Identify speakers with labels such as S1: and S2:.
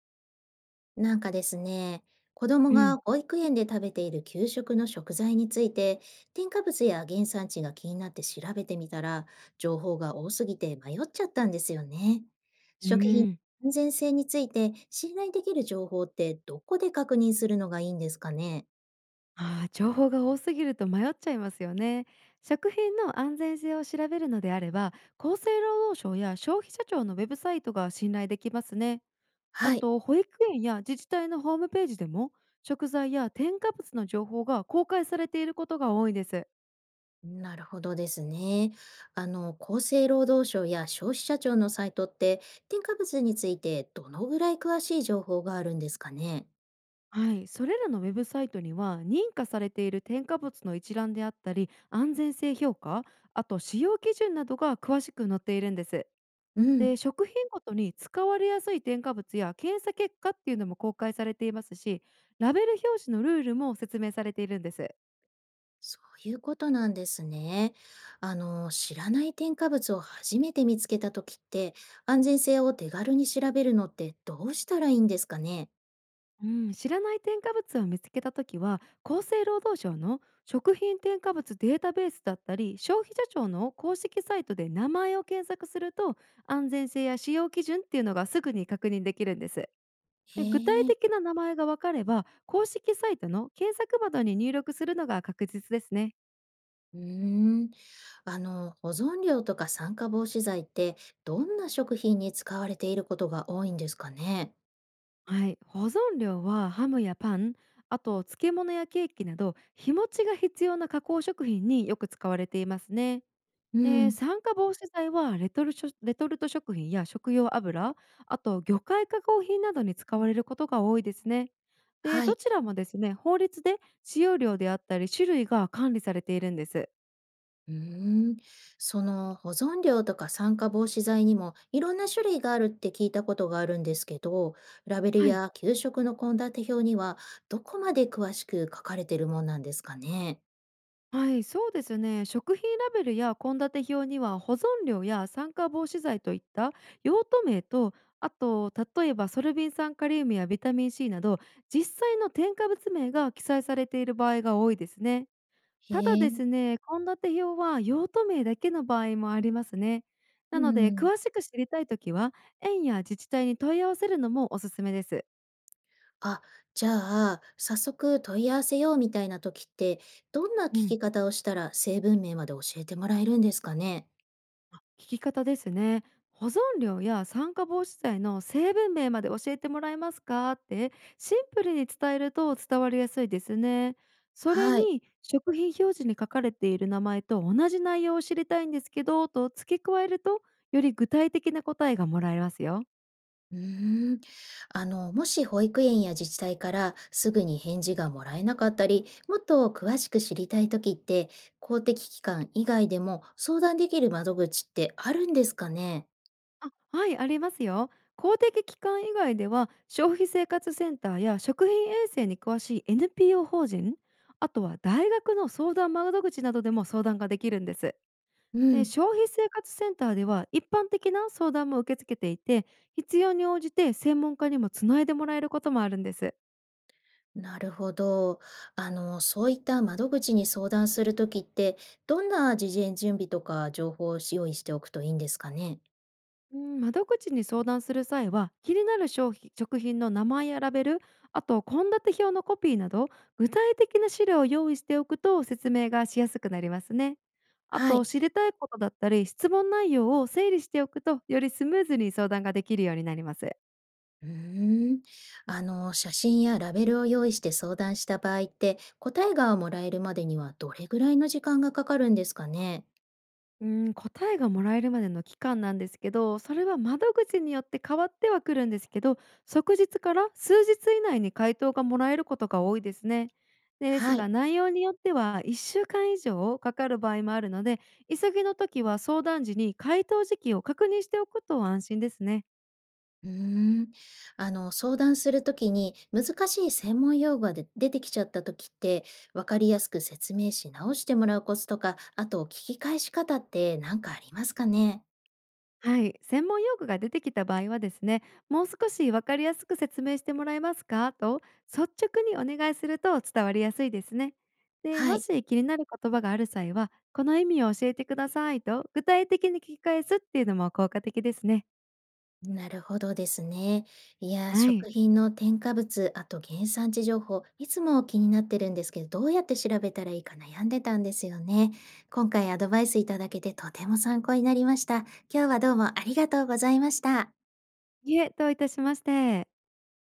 S1: なんかですね、子供
S2: う
S1: が
S2: ん。
S1: 保育園で食べている給食の食材について、添加物や原産地が気になって調べてみたら、情報が多すぎて迷っちゃったんですよね。
S2: う
S1: 食品
S2: ーん。
S1: の安全性について信頼できる情報ってどこで確認するのがいいんですかね？
S2: ああ、情報が多すぎると迷っちゃいますよね。食品の安全性を調べるのであれば、厚生労働省や消費者庁のウェブサイトが信頼できますね。あ
S1: はい。
S2: と、保育園や自治体のホームページでも、食材や添加物の情報が公開されていることが多いです。
S1: なるほどですね。厚生労働省や消費者庁のサイトって、添加物についてどのぐらい詳しい情報があるんですかね？
S2: はい、それらのウェブサイトには認可されている添加物の一覧であったり安全性評価あと使用基準などが詳しく載っているんです。
S1: うん。
S2: で、食品ごとに使われやすい添加物や検査結果っていうのも公開されていますし、ラベル表紙のルールも説明されているんです。
S1: そういうことなんですね。知らない添加物を初めて見つけたときって、安全性を手軽に調べるのってどうしたらいいんですかね？
S2: うん、知らない添加物を見つけたときは、厚生労働省の食品添加物データベースだったり、消費者庁の公式サイトで名前を検索すると、安全性や使用基準っていうのがすぐに確認できるんです。
S1: へ
S2: で、具体
S1: え。
S2: 的な名前がわかれば、公式サイトの検索窓に入力するのが確実ですね。
S1: うーん。保存料とか酸化防止剤って、どんな食品に使われていることが多いんですかね？
S2: はい、保存料はハムやパン、あと漬物やケーキなど日持ちが必要な加工食品によく使われていますね。
S1: う
S2: で、
S1: ん。
S2: 酸化防止剤はレトルト食品や食用油、あと魚介加工品などに使われることが多いですね。で、
S1: は
S2: ど
S1: い。
S2: ちらもですね、法律で使用量であったり種類が管理されているんです。
S1: うーん、その保存料とか酸化防止剤にもいろんな種類があるって聞いたことがあるんですけど、ラベル
S2: はい
S1: や給食の献立表にはどこまで詳しく書かれてるもんなんですかね。
S2: はい、そうですね。食品ラベルや献立表には保存料や酸化防止剤といった用途名と、あと例えばソルビン酸カリウムやビタミンC など実際の添加物名が記載されている場合が多いですね。
S1: へ
S2: ただで
S1: え、
S2: すね、献立表は用途名だけの場合もありますね。な
S1: う
S2: ので、
S1: ん。
S2: 詳しく知りたいときは園や自治体に問い合わせるのもおすすめです。
S1: あ、じゃあ、早速問い合わせようみたいな時って、どんな聞
S2: うん、
S1: き方をしたら成分名まで教えてもらえるんですかね。
S2: 聞き方ですね。保存料や酸化防止剤の成分名まで教えてもらえますかって、シンプルに伝えると伝わりやすいですね。それ
S1: はい。
S2: に、食品表示に書かれている名前と同じ内容を知りたいんですけどと付け加えると、より具体的な答えがもらえますよ。
S1: うーん、もし保育園や自治体からすぐに返事がもらえなかったり、もっと詳しく知りたいときって、公的機関以外でも相談できる窓口ってあるんですかね？
S2: あ、はいありますよ。公的機関以外では消費生活センターや食品衛生に詳しい NPO 法人、あとは大学の相談窓口などでも相談ができるんです。
S1: う
S2: で、
S1: ん、
S2: 消費生活センターでは一般的な相談も受け付けていて、必要に応じて専門家にもつないでもらえることもあるんです。
S1: なるほど。そういった窓口に相談するときって、どんな事前準備とか情報を用意しておくといいんですかね？
S2: うん、窓口に相談する際は、気になる商品食品の名前やラベル、あと献立表のコピーなど、具体的な資料を用意しておくと説明がしやすくなりますね。あ
S1: は
S2: と、
S1: い。
S2: 知りたいことだったり、質問内容を整理しておくと、よりスムーズに相談ができるようになります。
S1: うーん。写真やラベルを用意して相談した場合って、答えがもらえるまでにはどれぐらいの時間がかかるんですかね？
S2: うん、答えがもらえるまでの期間なんですけど、それは窓口によって変わってはくるんですけど、即日から数日以内に回答がもらえることが多いですね。です
S1: はい。
S2: が、内容によっては1週間以上かかる場合もあるので、急ぎの時は相談時に回答時期を確認しておくと安心ですね。
S1: うーん。相談するときに難しい専門用語が出てきちゃったときって、わかりやすく説明し直してもらうコツとか、あと聞き返し方って何かありますかね？
S2: はい、専門用語が出てきた場合はですね、もう少し分かりやすく説明してもらえますかと、率直にお願いすると伝わりやすいですね。で、
S1: は
S2: も
S1: い。
S2: し気になる言葉がある際は、この意味を教えてくださいと具体的に聞き返すっていうのも効果的ですね。
S1: なるほどですね。いやー、
S2: はい。
S1: 食品の添加物、あと原産地情報、いつも気になってるんですけど、どうやって調べたらいいか悩んでたんですよね。今回アドバイスいただけてとても参考になりました。今日はどうもありがとうございました。
S2: いえ、どういたしまして。